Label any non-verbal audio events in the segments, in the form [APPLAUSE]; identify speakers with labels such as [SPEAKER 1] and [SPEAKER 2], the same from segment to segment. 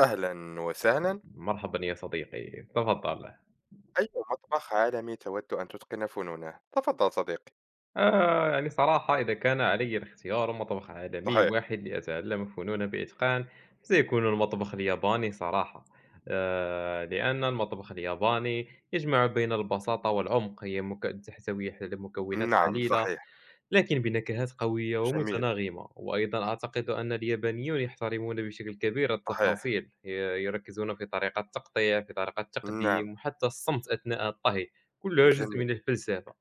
[SPEAKER 1] أهلا وسهلا.
[SPEAKER 2] مرحبًا يا صديقي، تفضل.
[SPEAKER 1] أي مطبخ عالمي تود أن تتقن فنونه؟ تفضل صديقي.
[SPEAKER 2] يعني صراحة إذا كان علي الاختيار مطبخ عالمي
[SPEAKER 1] صحيح.
[SPEAKER 2] واحد لأتعلم فنونًا بإتقان، سيكون المطبخ الياباني صراحة. لأن المطبخ الياباني يجمع بين البساطة والعمق، هي تحتوي على مكونات
[SPEAKER 1] نعم،
[SPEAKER 2] قليلة
[SPEAKER 1] صحيح.
[SPEAKER 2] لكن بنكهات قوية
[SPEAKER 1] جميل.
[SPEAKER 2] ومتناغمة وأيضا أعتقد أن اليابانيون يحترمون بشكل كبير
[SPEAKER 1] صحيح.
[SPEAKER 2] التفاصيل يركزون في طريقة التقطيع في طريقة
[SPEAKER 1] نعم.
[SPEAKER 2] التقديم وحتى الصمت أثناء الطهي كلها جزء
[SPEAKER 1] جميل.
[SPEAKER 2] من الفلسفة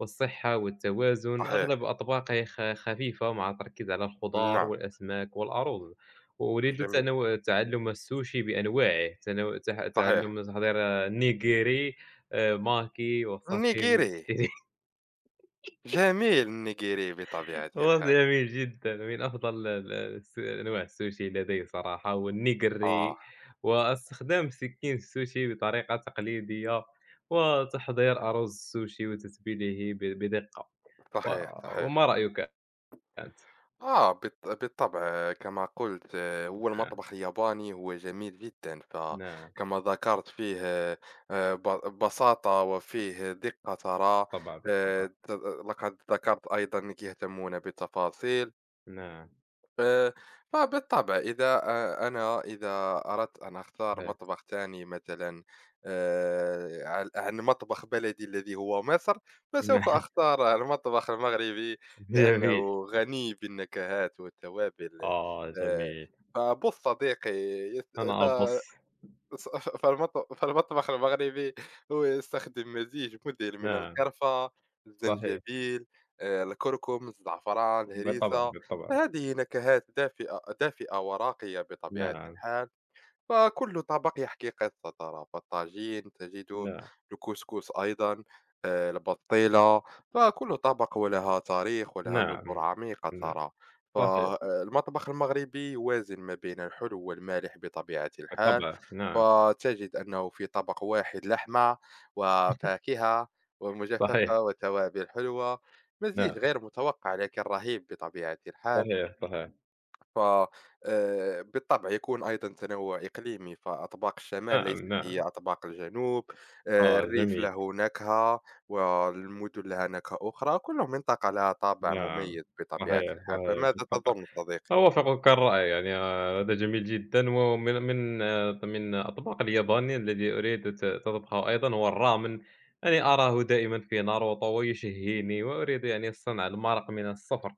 [SPEAKER 2] والصحة والتوازن أغلب
[SPEAKER 1] صحيح.
[SPEAKER 2] أطباقه خفيفة مع التركيز على الخضار
[SPEAKER 1] نعم.
[SPEAKER 2] والأسماك والأرز وأريد
[SPEAKER 1] جميل.
[SPEAKER 2] تعلم السوشي بأنواعه
[SPEAKER 1] صحيح.
[SPEAKER 2] تعلم تحضير النيجيري آه، ماكي والساشيمي
[SPEAKER 1] النيجيري.
[SPEAKER 2] [LAUGHS]
[SPEAKER 1] جميل، النيجيري بطبيعة
[SPEAKER 2] هو
[SPEAKER 1] الحال.
[SPEAKER 2] جميل جدًا، من أفضل ال الس أنواع السوشي لدي صراحة،
[SPEAKER 1] آه،
[SPEAKER 2] والنيجري، واستخدام سكين السوشي بطريقة تقليدية، وتحضير أرز السوشي وتتبيله بدقة، و
[SPEAKER 1] صحيح.
[SPEAKER 2] وما
[SPEAKER 1] صحيح.
[SPEAKER 2] رأيك أنت؟
[SPEAKER 1] بالطبع، كما قلت، هو
[SPEAKER 2] نعم،
[SPEAKER 1] المطبخ الياباني، هو جميل جدًا،
[SPEAKER 2] نعم،
[SPEAKER 1] فكما ذكرت فيه ب بساطة وفيه دقة ترى.
[SPEAKER 2] بالطبع، بالطبع،
[SPEAKER 1] ت لقد ذكرت أيضًا كيهتمون بالتفاصيل.
[SPEAKER 2] نعم،
[SPEAKER 1] آآ، فبالطبع إذا أ أنا إذا أردت أن أختار
[SPEAKER 2] صحيح،
[SPEAKER 1] مطبخ تاني مثلًا، عن مطبخ بلدي الذي هو مصر، فسوف
[SPEAKER 2] نعم،
[SPEAKER 1] أختار المطبخ المغربي
[SPEAKER 2] [LAUGHS] جميل،
[SPEAKER 1] لأنه غني بالنكهات والتوابل.
[SPEAKER 2] آه
[SPEAKER 1] آآ،
[SPEAKER 2] جميل،
[SPEAKER 1] فبُص صديقي. يس. ف
[SPEAKER 2] أنا أبُص،
[SPEAKER 1] ص [LAUGHS] فالمطبخ المغربي هو يستخدم مزيج مذهل من
[SPEAKER 2] نعم،
[SPEAKER 1] القرفة،
[SPEAKER 2] صحيح،
[SPEAKER 1] الزنجبيل، الكركم، الزعفران،
[SPEAKER 2] بالطبع،
[SPEAKER 1] الهريسة.
[SPEAKER 2] بالطبع،
[SPEAKER 1] فهذه نكهات دافئة دافئة وراقية بطبيعة
[SPEAKER 2] نعم،
[SPEAKER 1] الحال. فكل طبق يحكي قصة ترى، فالطاجين تجده،
[SPEAKER 2] نعم،
[SPEAKER 1] الكسكس أيضا، البطيلة، فكل طبق ولها تاريخ ولها جذور
[SPEAKER 2] نعم،
[SPEAKER 1] عميقة
[SPEAKER 2] نعم،
[SPEAKER 1] ترى.
[SPEAKER 2] صحيح،
[SPEAKER 1] فالمطبخ المغربي يوازن ما بين الحلو والمالح بطبيعة الحال.
[SPEAKER 2] بالطبع، نعم،
[SPEAKER 1] فتجد أنه في طبق واحد لحمة وفاكهة
[SPEAKER 2] صحيح.
[SPEAKER 1] ومجففة وتوابل حلوة،
[SPEAKER 2] نعم،
[SPEAKER 1] مزيج غير متوقع لكن رهيب بطبيعة الحال.
[SPEAKER 2] صحيح، صحيح.
[SPEAKER 1] ف بالطبع يكون أيضًا تنوع إقليمي، فأطباق الشمال
[SPEAKER 2] نعم،
[SPEAKER 1] ليست هي
[SPEAKER 2] نعم.
[SPEAKER 1] أطباق الجنوب.
[SPEAKER 2] آه،
[SPEAKER 1] الريف
[SPEAKER 2] جميل.
[SPEAKER 1] له نكهة والمدن لها نكهة أخرى، كل منطقة لها طابع
[SPEAKER 2] نعم،
[SPEAKER 1] مميز بطبيعة
[SPEAKER 2] صحيح،
[SPEAKER 1] الحال.
[SPEAKER 2] صحيح،
[SPEAKER 1] فماذا
[SPEAKER 2] بالطبع.
[SPEAKER 1] تظن صديقي؟
[SPEAKER 2] أوافقك الرأي يعني هذا جميل جدًا ومن آه، من أطباق اليابانية الذي أريد تطبخه أيضًا هو الرامن. يعني أراه دائمًا في ناروتو ويشهيني وأريد يعني صنع المرق من الصفر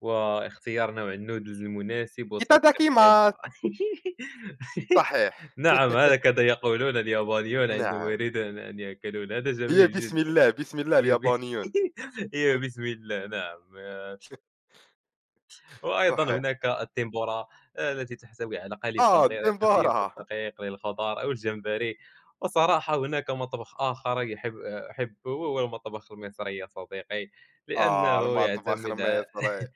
[SPEAKER 2] واختيار نوع الnoodles المناسب وتنسيق
[SPEAKER 1] إيتاداكيماس.
[SPEAKER 2] الإضاءة. [LAUGHS]
[SPEAKER 1] صحيح.
[SPEAKER 2] نعم، هكذا يقولون اليابانيون عندما
[SPEAKER 1] نعم،
[SPEAKER 2] يريدون أن يأكلون. هذا
[SPEAKER 1] هي
[SPEAKER 2] جميل
[SPEAKER 1] بسم
[SPEAKER 2] جدًا.
[SPEAKER 1] الله، بسم الله
[SPEAKER 2] هي ب
[SPEAKER 1] اليابانيون.
[SPEAKER 2] [LAUGHS] هي بسم الله نعم. آه، وأيضًا
[SPEAKER 1] صحيح.
[SPEAKER 2] هناك التِّمبورا آه، التي تحتوي على قلي
[SPEAKER 1] آه،
[SPEAKER 2] صغير خفيف
[SPEAKER 1] الدمبورا.
[SPEAKER 2] ودقيق للخضار أو الجمبري. وصراحة هناك مطبخ آخر يحب آه، أحبه وهو المطبخ المصري يا صديقي،
[SPEAKER 1] آه،
[SPEAKER 2] لأنه
[SPEAKER 1] المطبخ
[SPEAKER 2] يعتمد على
[SPEAKER 1] المصري.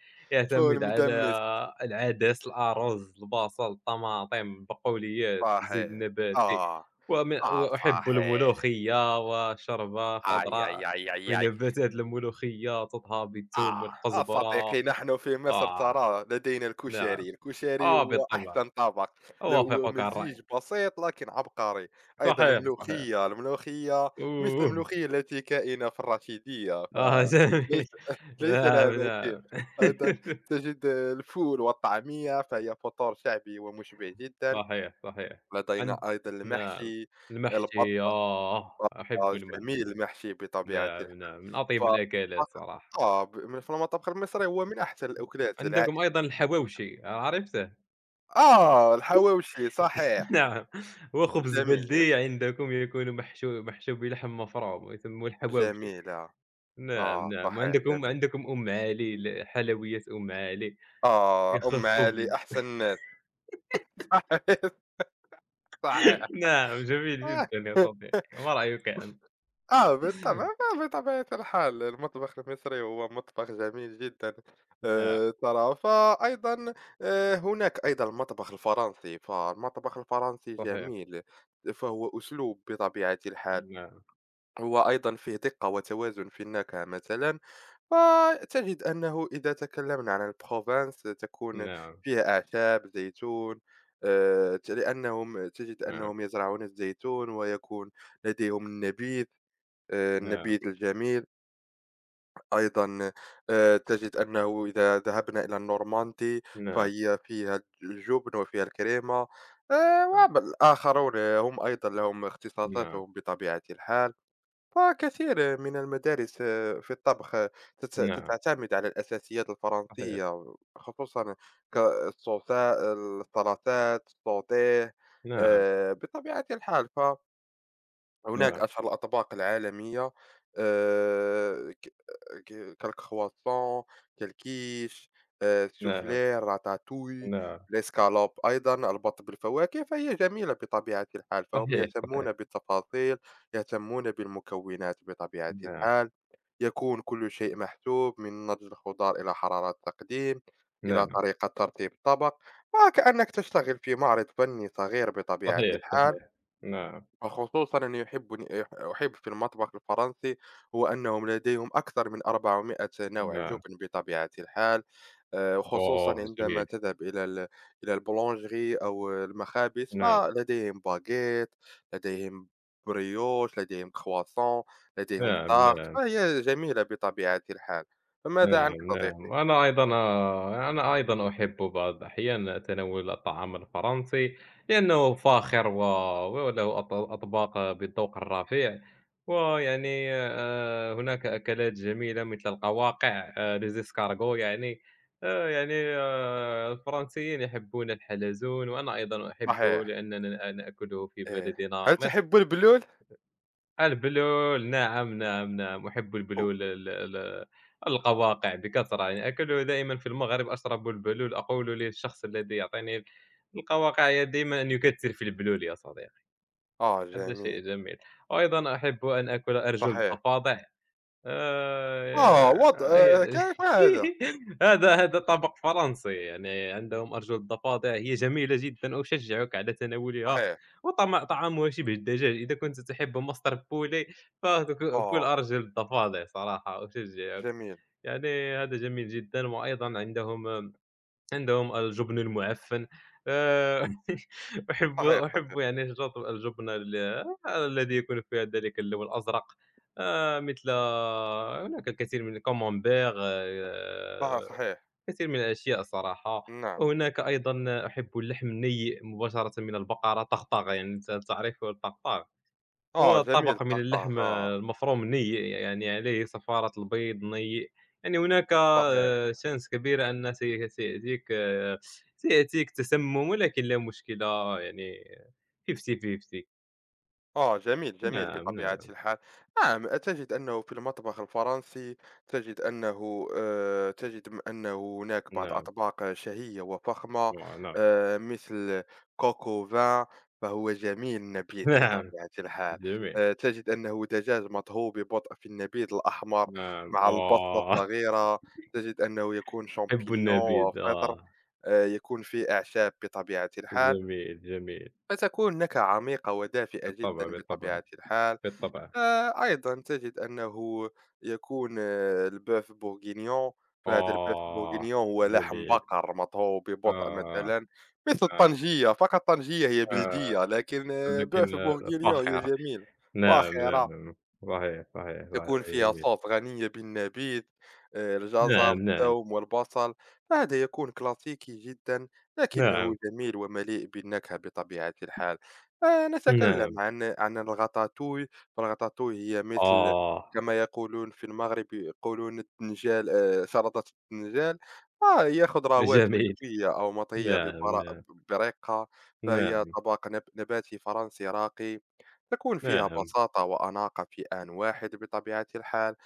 [SPEAKER 1] فول
[SPEAKER 2] يعتمد على
[SPEAKER 1] مدمس.
[SPEAKER 2] العدس، الأرز، البصل، الطماطم، البقوليات، الزيت
[SPEAKER 1] صحيح.
[SPEAKER 2] النباتي،
[SPEAKER 1] آه. آه،
[SPEAKER 2] وأحب
[SPEAKER 1] صحيح.
[SPEAKER 2] الملوخية وشوربة
[SPEAKER 1] أي،
[SPEAKER 2] خضراء
[SPEAKER 1] أي، أي،
[SPEAKER 2] من
[SPEAKER 1] أي، أي.
[SPEAKER 2] نباتات الملوخية تطهى بالثوم
[SPEAKER 1] آه. آه
[SPEAKER 2] والقزبرة.
[SPEAKER 1] صديقي، نحن في مصر
[SPEAKER 2] آه
[SPEAKER 1] ترى لدينا
[SPEAKER 2] نعم،
[SPEAKER 1] الكشري، الكشري
[SPEAKER 2] آه
[SPEAKER 1] هو
[SPEAKER 2] بالطبع،
[SPEAKER 1] أحسن طبق، هو
[SPEAKER 2] أوافقك الرأي.
[SPEAKER 1] مزيج بسيط لكن عبقري. أيضا
[SPEAKER 2] صحيح، صحيح.
[SPEAKER 1] الملوخية، مثل
[SPEAKER 2] أوه!
[SPEAKER 1] الملوخية التي كائنة في الرشيدية،
[SPEAKER 2] آه [LAUGHS]
[SPEAKER 1] فليس
[SPEAKER 2] جميل.
[SPEAKER 1] [LAUGHS] ليس لها
[SPEAKER 2] نعم،
[SPEAKER 1] مثيل.
[SPEAKER 2] نعم.
[SPEAKER 1] أيضا
[SPEAKER 2] [LAUGHS]
[SPEAKER 1] تجد الفول والطعمية، فهي فطور شعبي ومشبع جدًا.
[SPEAKER 2] صحيح، صحيح.
[SPEAKER 1] لدينا
[SPEAKER 2] عند
[SPEAKER 1] أيضا
[SPEAKER 2] نعم،
[SPEAKER 1] المحشي.
[SPEAKER 2] المحشي
[SPEAKER 1] البط
[SPEAKER 2] آه، أحب
[SPEAKER 1] آه،
[SPEAKER 2] المحشي.
[SPEAKER 1] جميل المحشي بطبيعة.
[SPEAKER 2] نعم، نعم، من
[SPEAKER 1] ف
[SPEAKER 2] أطيب الأكلات صراحة.
[SPEAKER 1] آه، ب من فالمطبخ المصري هو من أحسن الأكلات العائ.
[SPEAKER 2] عندكم أيضًا الحواوشي، عرفته؟
[SPEAKER 1] آه، الحواوشي، صحيح.
[SPEAKER 2] [LAUGHS] نعم، هو خبز
[SPEAKER 1] جميل، جميل،
[SPEAKER 2] بلدي عندكم يكون محشو بلحم مفروم ويسموه الحواوشي.
[SPEAKER 1] جميلة. آه.
[SPEAKER 2] نعم،
[SPEAKER 1] آه،
[SPEAKER 2] نعم،
[SPEAKER 1] صحيح،
[SPEAKER 2] وعندكم
[SPEAKER 1] جميل.
[SPEAKER 2] عندكم أم علي، حلويات أم علي،
[SPEAKER 1] آه، أم
[SPEAKER 2] خبز
[SPEAKER 1] علي أحسن ناس. [LAUGHS] صحيح،
[SPEAKER 2] [LAUGHS] نعم، جميل
[SPEAKER 1] صحيح.
[SPEAKER 2] جدًا يا
[SPEAKER 1] آه،
[SPEAKER 2] صديقي، ما رأيك أنت؟
[SPEAKER 1] بالطبع، بطبيعة الحال المطبخ المصري هو مطبخ جميل جدًا.
[SPEAKER 2] نعم،
[SPEAKER 1] ترى فأيضًا، هناك أيضًا المطبخ الفرنسي، فالمطبخ الفرنسي
[SPEAKER 2] صحيح،
[SPEAKER 1] جميل، فهو أسلوب بطبيعة الحال.
[SPEAKER 2] نعم،
[SPEAKER 1] هو أيضًا فيه دقة وتوازن في النكهة مثلًا. فتجد أنه إذا تكلمنا عن الProvence تكون
[SPEAKER 2] نعم،
[SPEAKER 1] فيها أعشاب، زيتون، ت لأنهم تجد
[SPEAKER 2] نعم،
[SPEAKER 1] أنهم يزرعون الزيتون ويكون لديهم النبيذ،
[SPEAKER 2] نعم،
[SPEAKER 1] النبيذ الجميل. أيضًا تجد أنه إذا ذهبنا إلى النورماندي
[SPEAKER 2] نعم،
[SPEAKER 1] فهي فيها الجبن وفيها الكريمة. آآ،
[SPEAKER 2] نعم،
[SPEAKER 1] والآخرون هم أيضًا لهم
[SPEAKER 2] نعم،
[SPEAKER 1] اختصاصاتهم بطبيعة الحال. وكثير من المدارس في الطبخ
[SPEAKER 2] نعم،
[SPEAKER 1] تعتمد على الأساسيات
[SPEAKER 2] صحيح،
[SPEAKER 1] الفرنسية، خصوصا كالصوصات، السلطات، السوتيه.
[SPEAKER 2] نعم،
[SPEAKER 1] آه، بطبيعة الحال هناك
[SPEAKER 2] نعم،
[SPEAKER 1] أشهر الأطباق العالمية، ك ك كالcroissant، كالquiche،
[SPEAKER 2] نعم،
[SPEAKER 1] السوفلير، ratatouille،
[SPEAKER 2] نعم،
[SPEAKER 1] l'escalope أيضًا، البط بالفواكه، فهي جميلة بطبيعة الحال. فهم
[SPEAKER 2] صحيح، صحيح،
[SPEAKER 1] يهتمون بالتفاصيل، يهتمون بالمكونات بطبيعة
[SPEAKER 2] نعم.
[SPEAKER 1] الحال. يكون كل شيء محسوب من نضج الخضار إلى حرارة التقديم، إلى
[SPEAKER 2] نعم،
[SPEAKER 1] طريقة ترتيب الطبق، وكأنك تشتغل في معرض فني صغير بطبيعة
[SPEAKER 2] صحيح،
[SPEAKER 1] الحال.
[SPEAKER 2] صحيح. نعم،
[SPEAKER 1] وخصوصًا أني يحبني يح أحب في المطبخ الفرنسي هو أنهم لديهم أكثر من 400 نوع
[SPEAKER 2] نعم.
[SPEAKER 1] جبن بطبيعة الحال. وخصوصًا
[SPEAKER 2] أوه
[SPEAKER 1] عندما
[SPEAKER 2] جميل.
[SPEAKER 1] تذهب إلى البولانجري أو المخابز،
[SPEAKER 2] نعم،
[SPEAKER 1] فلديهم باغيت، لديهم بريوش، لديهم croissant، لديهم
[SPEAKER 2] نعم،
[SPEAKER 1] tart،
[SPEAKER 2] نعم،
[SPEAKER 1] فهي جميلة بطبيعة الحال. فماذا عنك
[SPEAKER 2] نعم، نعم.
[SPEAKER 1] صديقي؟
[SPEAKER 2] وأنا أيضًا أنا أيضًا أحب بعض الأحيان تناول الطعام الفرنسي لأنه فاخر وله أطباق بالذوق الرفيع، ويعني هناك أكلات جميلة مثل القواقع les escargots يعني الفرنسيين يحبون الحلزون وأنا أيضًا أحبه
[SPEAKER 1] صحيح.
[SPEAKER 2] لأننا نأكله في
[SPEAKER 1] إيه.
[SPEAKER 2] بلدنا
[SPEAKER 1] هل
[SPEAKER 2] مصر.
[SPEAKER 1] تحب البلول؟
[SPEAKER 2] البلول نعم، نعم، نعم، أحب
[SPEAKER 1] أو
[SPEAKER 2] البلول ال ال القواقع بكثرة، يعني آكله دائمًا في المغرب أشرب البلول، أقول للشخص الذي يعطيني القواقع دائمًا أن يكثّر في البلول يا صديقي،
[SPEAKER 1] آه،
[SPEAKER 2] هذا شيء
[SPEAKER 1] جميل،
[SPEAKER 2] جميل، وأيضًا أحب أن آكل أرجل
[SPEAKER 1] صحيح.
[SPEAKER 2] الضفادع.
[SPEAKER 1] آه،
[SPEAKER 2] آآ
[SPEAKER 1] وضع،
[SPEAKER 2] هي
[SPEAKER 1] آه، كيف هذا؟
[SPEAKER 2] [LAUGHS] هذا طبق فرنسي، يعني عندهم أرجل الضفادع هي جميلة جدًا، أشجعك على تناولها،
[SPEAKER 1] صحيح.
[SPEAKER 2] طعامها شبه الدجاج، إذا كنت تحب مصدر بولي فك كُل
[SPEAKER 1] آه،
[SPEAKER 2] أرجل الضفادع صراحة أشجعك،
[SPEAKER 1] جميل،
[SPEAKER 2] يعني هذا جميل جدًا، وأيضًا عندهم الجبن المُعفّن آآ [LAUGHS] أحب
[SPEAKER 1] صحيح،
[SPEAKER 2] أحب يعني شجرة الجبن آه، الذي يكون فيها ذلك اللون الأزرق مثل هناك الكثير من الكاممبير
[SPEAKER 1] صحيح، صحيح،
[SPEAKER 2] كثير من الأشياء صراحة،
[SPEAKER 1] نعم.
[SPEAKER 2] وهناك أيضًا أحب اللحم النيء مباشرةً من البقرة طغطغة يعني أنت تعرف الطغطغ؟
[SPEAKER 1] آه،
[SPEAKER 2] هو
[SPEAKER 1] جميل
[SPEAKER 2] طبق من اللحم
[SPEAKER 1] الطقطقة.
[SPEAKER 2] المفروم نيء، يعني عليه صفارة البيض نيء، يعني هناك
[SPEAKER 1] صحيح.
[SPEAKER 2] chance كبيرة أن سيأتيك آه، سيأتيك تسمم، ولكن لا مشكلة يعني fifty fifty
[SPEAKER 1] آه، جميل، جميل
[SPEAKER 2] نعم،
[SPEAKER 1] بطبيعة
[SPEAKER 2] نعم،
[SPEAKER 1] الحال. نعم، تجد أنه في المطبخ الفرنسي تجد أنه تجد م أنه هناك بعض
[SPEAKER 2] نعم،
[SPEAKER 1] الأطباق شهية وفخمة،
[SPEAKER 2] نعم، نعم،
[SPEAKER 1] مثل coq au vin، فهو جميل
[SPEAKER 2] [LAUGHS]
[SPEAKER 1] النبيذ
[SPEAKER 2] نعم،
[SPEAKER 1] بطبيعة الحال.
[SPEAKER 2] جميل،
[SPEAKER 1] تجد أنه دجاج مطهو ببطء في النبيذ الأحمر
[SPEAKER 2] نعم،
[SPEAKER 1] مع البصلة
[SPEAKER 2] آه، [LAUGHS]
[SPEAKER 1] الصغيرة، تجد أنه يكون
[SPEAKER 2] أحب
[SPEAKER 1] champignon
[SPEAKER 2] النبيذ،
[SPEAKER 1] وفطر،
[SPEAKER 2] آه،
[SPEAKER 1] يكون فيه أعشاب بطبيعة الحال.
[SPEAKER 2] جميل، جميل،
[SPEAKER 1] فتكون نكهة عميقة ودافئة
[SPEAKER 2] بالطبع،
[SPEAKER 1] جدًا
[SPEAKER 2] بالطبع،
[SPEAKER 1] بطبيعة الحال.
[SPEAKER 2] بالطبع،
[SPEAKER 1] أيضًا تجد أنه يكون آه، البوف bourguignon. فهذا البوف
[SPEAKER 2] آه،
[SPEAKER 1] bourguignon هو لحم
[SPEAKER 2] جميل،
[SPEAKER 1] بقر مطهو ببطء
[SPEAKER 2] آه،
[SPEAKER 1] مثلًا، مثل
[SPEAKER 2] آه،
[SPEAKER 1] الطنجية، فقط طنجية هي
[SPEAKER 2] آه،
[SPEAKER 1] بلدية لكن آه، بوف
[SPEAKER 2] لكن آه،
[SPEAKER 1] bourguignon هي
[SPEAKER 2] فاخر.
[SPEAKER 1] جميلة،
[SPEAKER 2] نعم، نعم،
[SPEAKER 1] فاخرة.
[SPEAKER 2] نعم. صحيح، صحيح، صحيح،
[SPEAKER 1] تكون فيها
[SPEAKER 2] جميل.
[SPEAKER 1] صوص غنية بالنبيذ، الجزر،
[SPEAKER 2] نعم، نعم،
[SPEAKER 1] الثوم والبصل، فهذا يكون كلاسيكي جدًا لكنه
[SPEAKER 2] نعم،
[SPEAKER 1] جميل ومليء بالنكهة بطبيعة الحال.
[SPEAKER 2] نعم،
[SPEAKER 1] نتكلم عن الغاتاتوي، فالغاتاتوي هي مثل
[SPEAKER 2] آه،
[SPEAKER 1] كما يقولون في المغرب، يقولون الدنجال، سلطة الدنجال. آه، هي خضروات
[SPEAKER 2] جميل،
[SPEAKER 1] مشوية أو مطهية
[SPEAKER 2] نعم، نعم،
[SPEAKER 1] برقة، فهي
[SPEAKER 2] نعم،
[SPEAKER 1] طبق نباتي فرنسي راقي. تكون فيها
[SPEAKER 2] نعم،
[SPEAKER 1] بساطة وأناقة في آن واحد بطبيعة الحال.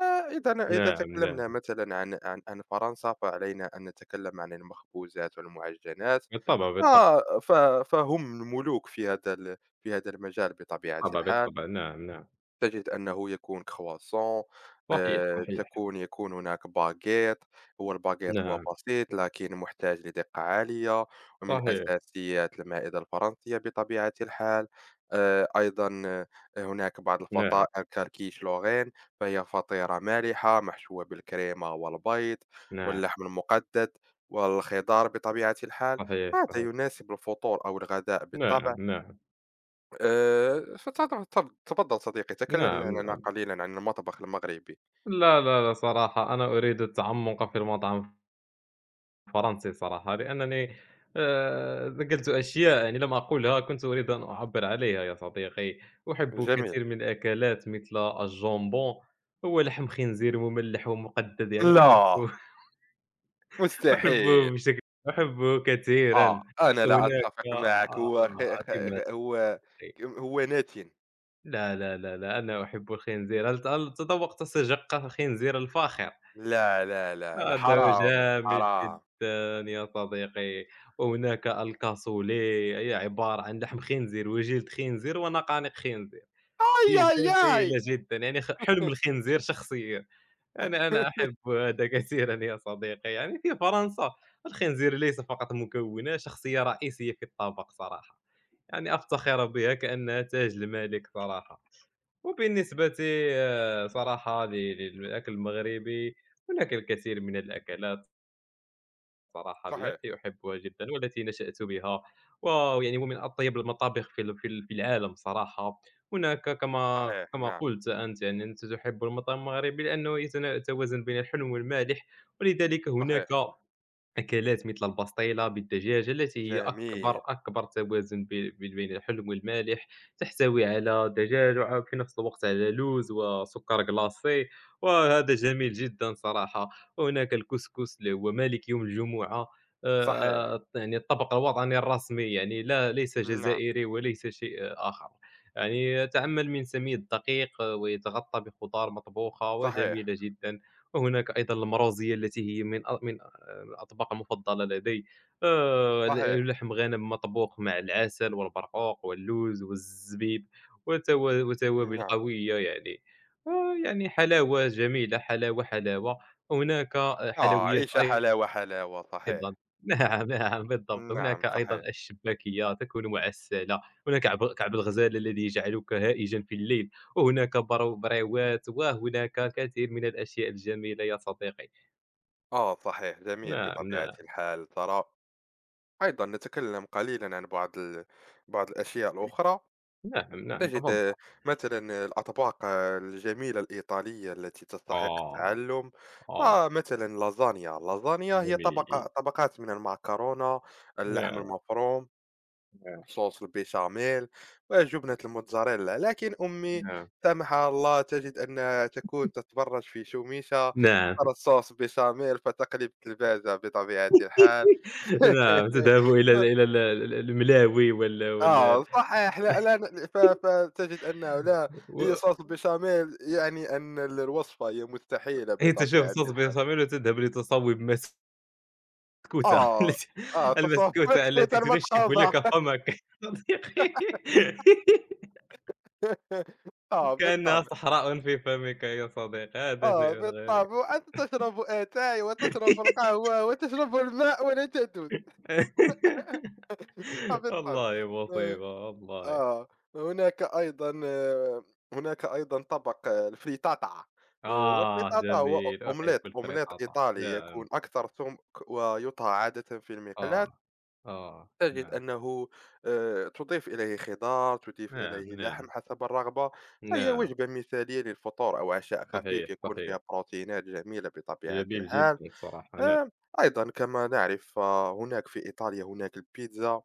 [SPEAKER 1] آه، إذا
[SPEAKER 2] نعم، نعم،
[SPEAKER 1] تكلمنا مثلا عن فرنسا فعلينا أن نتكلم عن المخبوزات والمعجنات.
[SPEAKER 2] بالطبع، بالطبع،
[SPEAKER 1] آه، ف- فهم الملوك في في هذا المجال بطبيعة
[SPEAKER 2] بالطبع،
[SPEAKER 1] الحال.
[SPEAKER 2] بالطبع، نعم، نعم،
[SPEAKER 1] تجد أنه يكون croissant،
[SPEAKER 2] صحيح، صحيح،
[SPEAKER 1] تكون يكون هناك باغيت. هو الباغيت هو
[SPEAKER 2] نعم،
[SPEAKER 1] بسيط لكن محتاج لدقة عالية، ومن
[SPEAKER 2] صحيح،
[SPEAKER 1] أساسيات المائدة الفرنسية بطبيعة الحال. أيضًا هناك بعض
[SPEAKER 2] نعم،
[SPEAKER 1] الفطائر كالquiche lorraine، فهي فطيرة مالحة محشوة بالكريمة والبيض
[SPEAKER 2] نعم،
[SPEAKER 1] واللحم المقدد والخضار بطبيعة الحال.
[SPEAKER 2] صحيح،
[SPEAKER 1] هذا
[SPEAKER 2] صحيح،
[SPEAKER 1] يناسب الفطور أو الغداء
[SPEAKER 2] نعم،
[SPEAKER 1] بالطبع.
[SPEAKER 2] نعم،
[SPEAKER 1] فتفضل تفضل صديقي، تكلم
[SPEAKER 2] نعم،
[SPEAKER 1] لنا
[SPEAKER 2] نعم،
[SPEAKER 1] قليلًا عن المطبخ المغربي.
[SPEAKER 2] لا، لا، لا، صراحة أنا أريد التعمق في المطعم. فرنسي صراحة، لأنني ذكرت أشياء يعني لم أقولها كنت أريد أن أعبّر عليها يا صديقي، أحب
[SPEAKER 1] جميل.
[SPEAKER 2] كثير من الأكلات مثل الجمبون، هو لحم خنزير مملّح ومُقدّد يعني
[SPEAKER 1] لا،
[SPEAKER 2] أحبه [LAUGHS] أحبه
[SPEAKER 1] مستحيل.
[SPEAKER 2] بشكل أحبه كثيرًا،
[SPEAKER 1] آه، أنا لا
[SPEAKER 2] هناك
[SPEAKER 1] أتفق
[SPEAKER 2] آه
[SPEAKER 1] معك، هو خ خ
[SPEAKER 2] عجيب يا
[SPEAKER 1] خ هو
[SPEAKER 2] أخي.
[SPEAKER 1] هو ناتن.
[SPEAKER 2] لا، لا، لا، لا، أنا أحب الخنزير، هل تذوّقت سجق الخنزير الفاخر؟
[SPEAKER 1] لا، لا، لا، لا،
[SPEAKER 2] هذا
[SPEAKER 1] حرام،
[SPEAKER 2] جامد
[SPEAKER 1] حرام.
[SPEAKER 2] جدًا يا صديقي، وهناك الكاسولي هي عبارة عن لحم خنزير وجلد خنزير ونقانق خنزير، هي
[SPEAKER 1] آي، آي، آي.
[SPEAKER 2] جميلة جدًا يعني حلم الخنزير شخصيًا، أنا أحب
[SPEAKER 1] [LAUGHS]
[SPEAKER 2] هذا كثيرًا يا صديقي، يعني في فرنسا الخنزير ليس فقط مكونة شخصية رئيسية في الطبق صراحة، يعني أفتخر بها كأنها تاج الملك صراحة، وبالنسبة آه، صراحة للأكل المغربي هناك الكثير من الأكلات. صراحة
[SPEAKER 1] صحيح،
[SPEAKER 2] التي أحبها جدًا والتي نشأت بها، ويعني هو من أطيب المطابخ في ال في ال في العالم صراحة. هناك كما
[SPEAKER 1] صحيح،
[SPEAKER 2] كما
[SPEAKER 1] نعم،
[SPEAKER 2] قلت أنت يعني أنت تحب المطعم المغربي لأنه يتوازن بين الحلو والمالح، ولذلك هناك
[SPEAKER 1] صحيح،
[SPEAKER 2] أكلات مثل البسطيلة بالدجاجة التي هي
[SPEAKER 1] جميل،
[SPEAKER 2] أكبر توازن بين الحلم والمالح تحتوي على دجاج وفي نفس الوقت على لوز وسكر جلاسي وهذا جميل جدا صراحة وهناك الكسكس اللي هو مالك يوم الجمعة
[SPEAKER 1] صحيح،
[SPEAKER 2] آه، يعني الطبق الوطني الرسمي يعني لا ليس
[SPEAKER 1] نعم،
[SPEAKER 2] جزائري وليس شيء آخر يعني يتعمل من سميد الدقيق ويتغطى بخضار مطبوخة
[SPEAKER 1] صحيح،
[SPEAKER 2] وجميلة جدا وهناك أيضا المروزية التي هي من الأطباق المفضلة لدي ال
[SPEAKER 1] صحيح،
[SPEAKER 2] لحم غنم مطبوخ مع العسل والبرقوق واللوز والزبيب وتوابل
[SPEAKER 1] نعم.
[SPEAKER 2] قوية يعني يعني حلاوة جميلة، حلاوة، حلاوة. هناك
[SPEAKER 1] آه،
[SPEAKER 2] حلويات
[SPEAKER 1] عيشها حلاوة،
[SPEAKER 2] أيضًا
[SPEAKER 1] حلاوة، صحيح،
[SPEAKER 2] [LAUGHS] نعم، نعم بالضبط. هناك
[SPEAKER 1] نعم،
[SPEAKER 2] أيضًا
[SPEAKER 1] صحيح.
[SPEAKER 2] الشباكية تكون معسّلة، هناك كعب الغزال الذي يجعلك هائجًا في الليل، وهناك بريوات، وهناك الكثير من الأشياء الجميلة يا صديقي.
[SPEAKER 1] آه، صحيح، جميل
[SPEAKER 2] نعم،
[SPEAKER 1] بطبيعة
[SPEAKER 2] نعم،
[SPEAKER 1] الحال ترى. أيضًا نتكلم قليلًا عن بعض الأشياء الأخرى.
[SPEAKER 2] نعم، نعم،
[SPEAKER 1] تجد
[SPEAKER 2] تفضل.
[SPEAKER 1] مثلًا الأطباق الجميلة الإيطالية التي تستحق
[SPEAKER 2] آه،
[SPEAKER 1] التعلم.
[SPEAKER 2] آه،
[SPEAKER 1] فمثلًا لازانيا، اللازانيا هي
[SPEAKER 2] جميل.
[SPEAKER 1] طبق طبقات من المعكرونة، اللحم
[SPEAKER 2] نعم،
[SPEAKER 1] المفروم،
[SPEAKER 2] نعم،
[SPEAKER 1] صوص البيشاميل وجبنة الموتزاريلا. لكن أمي
[SPEAKER 2] نعم،
[SPEAKER 1] سامحها الله تجد أنها تكون تتبرج في شوميشة،
[SPEAKER 2] نعم،
[SPEAKER 1] ترى الصوص بيشاميل فتقلب الثلاجة بطبيعة الحال.
[SPEAKER 2] نعم، تذهب إلى ال إلى ال
[SPEAKER 1] [LAUGHS]
[SPEAKER 2] ال الملاوي وال وال
[SPEAKER 1] آه، صحيح، لا، لا، فتجد أنه لا، هي
[SPEAKER 2] و
[SPEAKER 1] صوص البيشاميل. يعني أن الوصفة هي مستحيلة
[SPEAKER 2] حيث تشوف
[SPEAKER 1] بطبيعة
[SPEAKER 2] صوص
[SPEAKER 1] الحال.
[SPEAKER 2] بشاميل وتذهب لتصوّب مسكوتة [LAUGHS]
[SPEAKER 1] آه
[SPEAKER 2] التي
[SPEAKER 1] تصور
[SPEAKER 2] المسكوتة التي
[SPEAKER 1] تويتر
[SPEAKER 2] تنشّف
[SPEAKER 1] متقاضى.
[SPEAKER 2] لك فمك [LAUGHS] صديقي [LAUGHS]
[SPEAKER 1] [LAUGHS] آه، بالطبع.
[SPEAKER 2] كأنها صحراء في فمك يا صديقي، هذا
[SPEAKER 1] آه،
[SPEAKER 2] شيء غريب.
[SPEAKER 1] بالطبع، أنت تشرب أتاي وتشرب
[SPEAKER 2] [LAUGHS]
[SPEAKER 1] القهوة وتشرب الماء ولا تدود. آه، بالطبع.
[SPEAKER 2] والله
[SPEAKER 1] آآ
[SPEAKER 2] مصيبة، والله.
[SPEAKER 1] آه هناك أيضًا هناك أيضًا طبق، الفريتاتا.
[SPEAKER 2] آه،
[SPEAKER 1] والفريتاتا هو أ
[SPEAKER 2] جميل، أحب
[SPEAKER 1] أومليت أومليت
[SPEAKER 2] الفريطاطة،
[SPEAKER 1] إيطالي، يكون
[SPEAKER 2] نعم.
[SPEAKER 1] أكثر سُمك ويُطهى عادةً في
[SPEAKER 2] آه،
[SPEAKER 1] المقلاة.
[SPEAKER 2] آه،
[SPEAKER 1] تجد
[SPEAKER 2] نعم،
[SPEAKER 1] أنه تضيف إليه خضار، تضيف
[SPEAKER 2] نعم،
[SPEAKER 1] إليه
[SPEAKER 2] نعم،
[SPEAKER 1] لحم حسب الرغبة، فهي
[SPEAKER 2] نعم،
[SPEAKER 1] وجبة مثالية للفطور أو عشاء
[SPEAKER 2] صحيح،
[SPEAKER 1] خفيف، يكون
[SPEAKER 2] صحيح،
[SPEAKER 1] فيها بروتينات جميلة بطبيعة
[SPEAKER 2] جميل
[SPEAKER 1] الحال.
[SPEAKER 2] جدًا الصراحة، نعم،
[SPEAKER 1] آآ، أيضًا كما نعرف، هناك في إيطاليا هناك البيتزا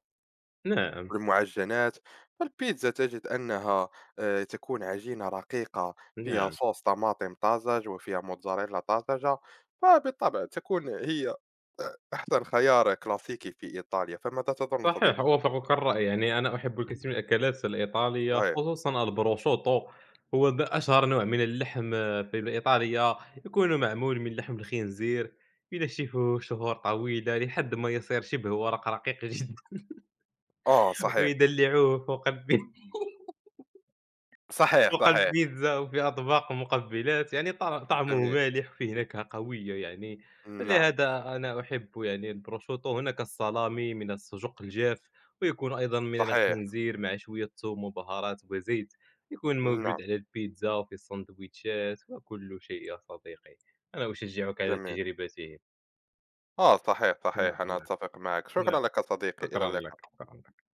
[SPEAKER 2] نعم،
[SPEAKER 1] والمعجّنات. فالبيتزا تجد أنها تكون عجينة رقيقة فيها
[SPEAKER 2] نعم،
[SPEAKER 1] صوص طماطم طازج وفيها موتزاريلا طازجة، فبالطبع تكون هي أحسن خيار كلاسيكي في إيطاليا. فماذا تظن
[SPEAKER 2] صحيح
[SPEAKER 1] صديقي؟
[SPEAKER 2] أوافقك الرأي، يعني أنا أحب الكثير من الأكلات الإيطالية
[SPEAKER 1] صحيح.
[SPEAKER 2] خصوصًا البروشوتو، هو ب أشهر نوع من اللحم آه، في الإيطالية، يكون معمول من لحم الخنزير، ينشفوه شهور طويلة لحد ما يصير شبه ورق رقيق جدًا
[SPEAKER 1] آه،
[SPEAKER 2] [LAUGHS]
[SPEAKER 1] صحيح،
[SPEAKER 2] ويدلّعوه فوق الب
[SPEAKER 1] صحيح،
[SPEAKER 2] فوق
[SPEAKER 1] صحيح،
[SPEAKER 2] البيتزا وفي أطباق ومقبّلات، يعني طعمه
[SPEAKER 1] جميل،
[SPEAKER 2] مالح وفيه نكهة قوية يعني،
[SPEAKER 1] نعم،
[SPEAKER 2] لهذا أنا أحب يعني البروشوتو. هناك الصلامي من السجق الجاف، ويكون أيضًا من
[SPEAKER 1] صحيح،
[SPEAKER 2] الخنزير مع شوية ثوم وبهارات وزيت، يكون موجود
[SPEAKER 1] نعم،
[SPEAKER 2] على البيتزا وفي السندويتشات وكل شيء يا صديقي. أنا أشجّعك على
[SPEAKER 1] جميل.
[SPEAKER 2] تجربته.
[SPEAKER 1] آه، صحيح،
[SPEAKER 2] نعم،
[SPEAKER 1] صحيح، أنا
[SPEAKER 2] نعم،
[SPEAKER 1] أتفق معك،
[SPEAKER 2] نعم.
[SPEAKER 1] شكرًا لك صديقي، إلى
[SPEAKER 2] شكرًا
[SPEAKER 1] اللقاء.
[SPEAKER 2] لك، شكرًا لك.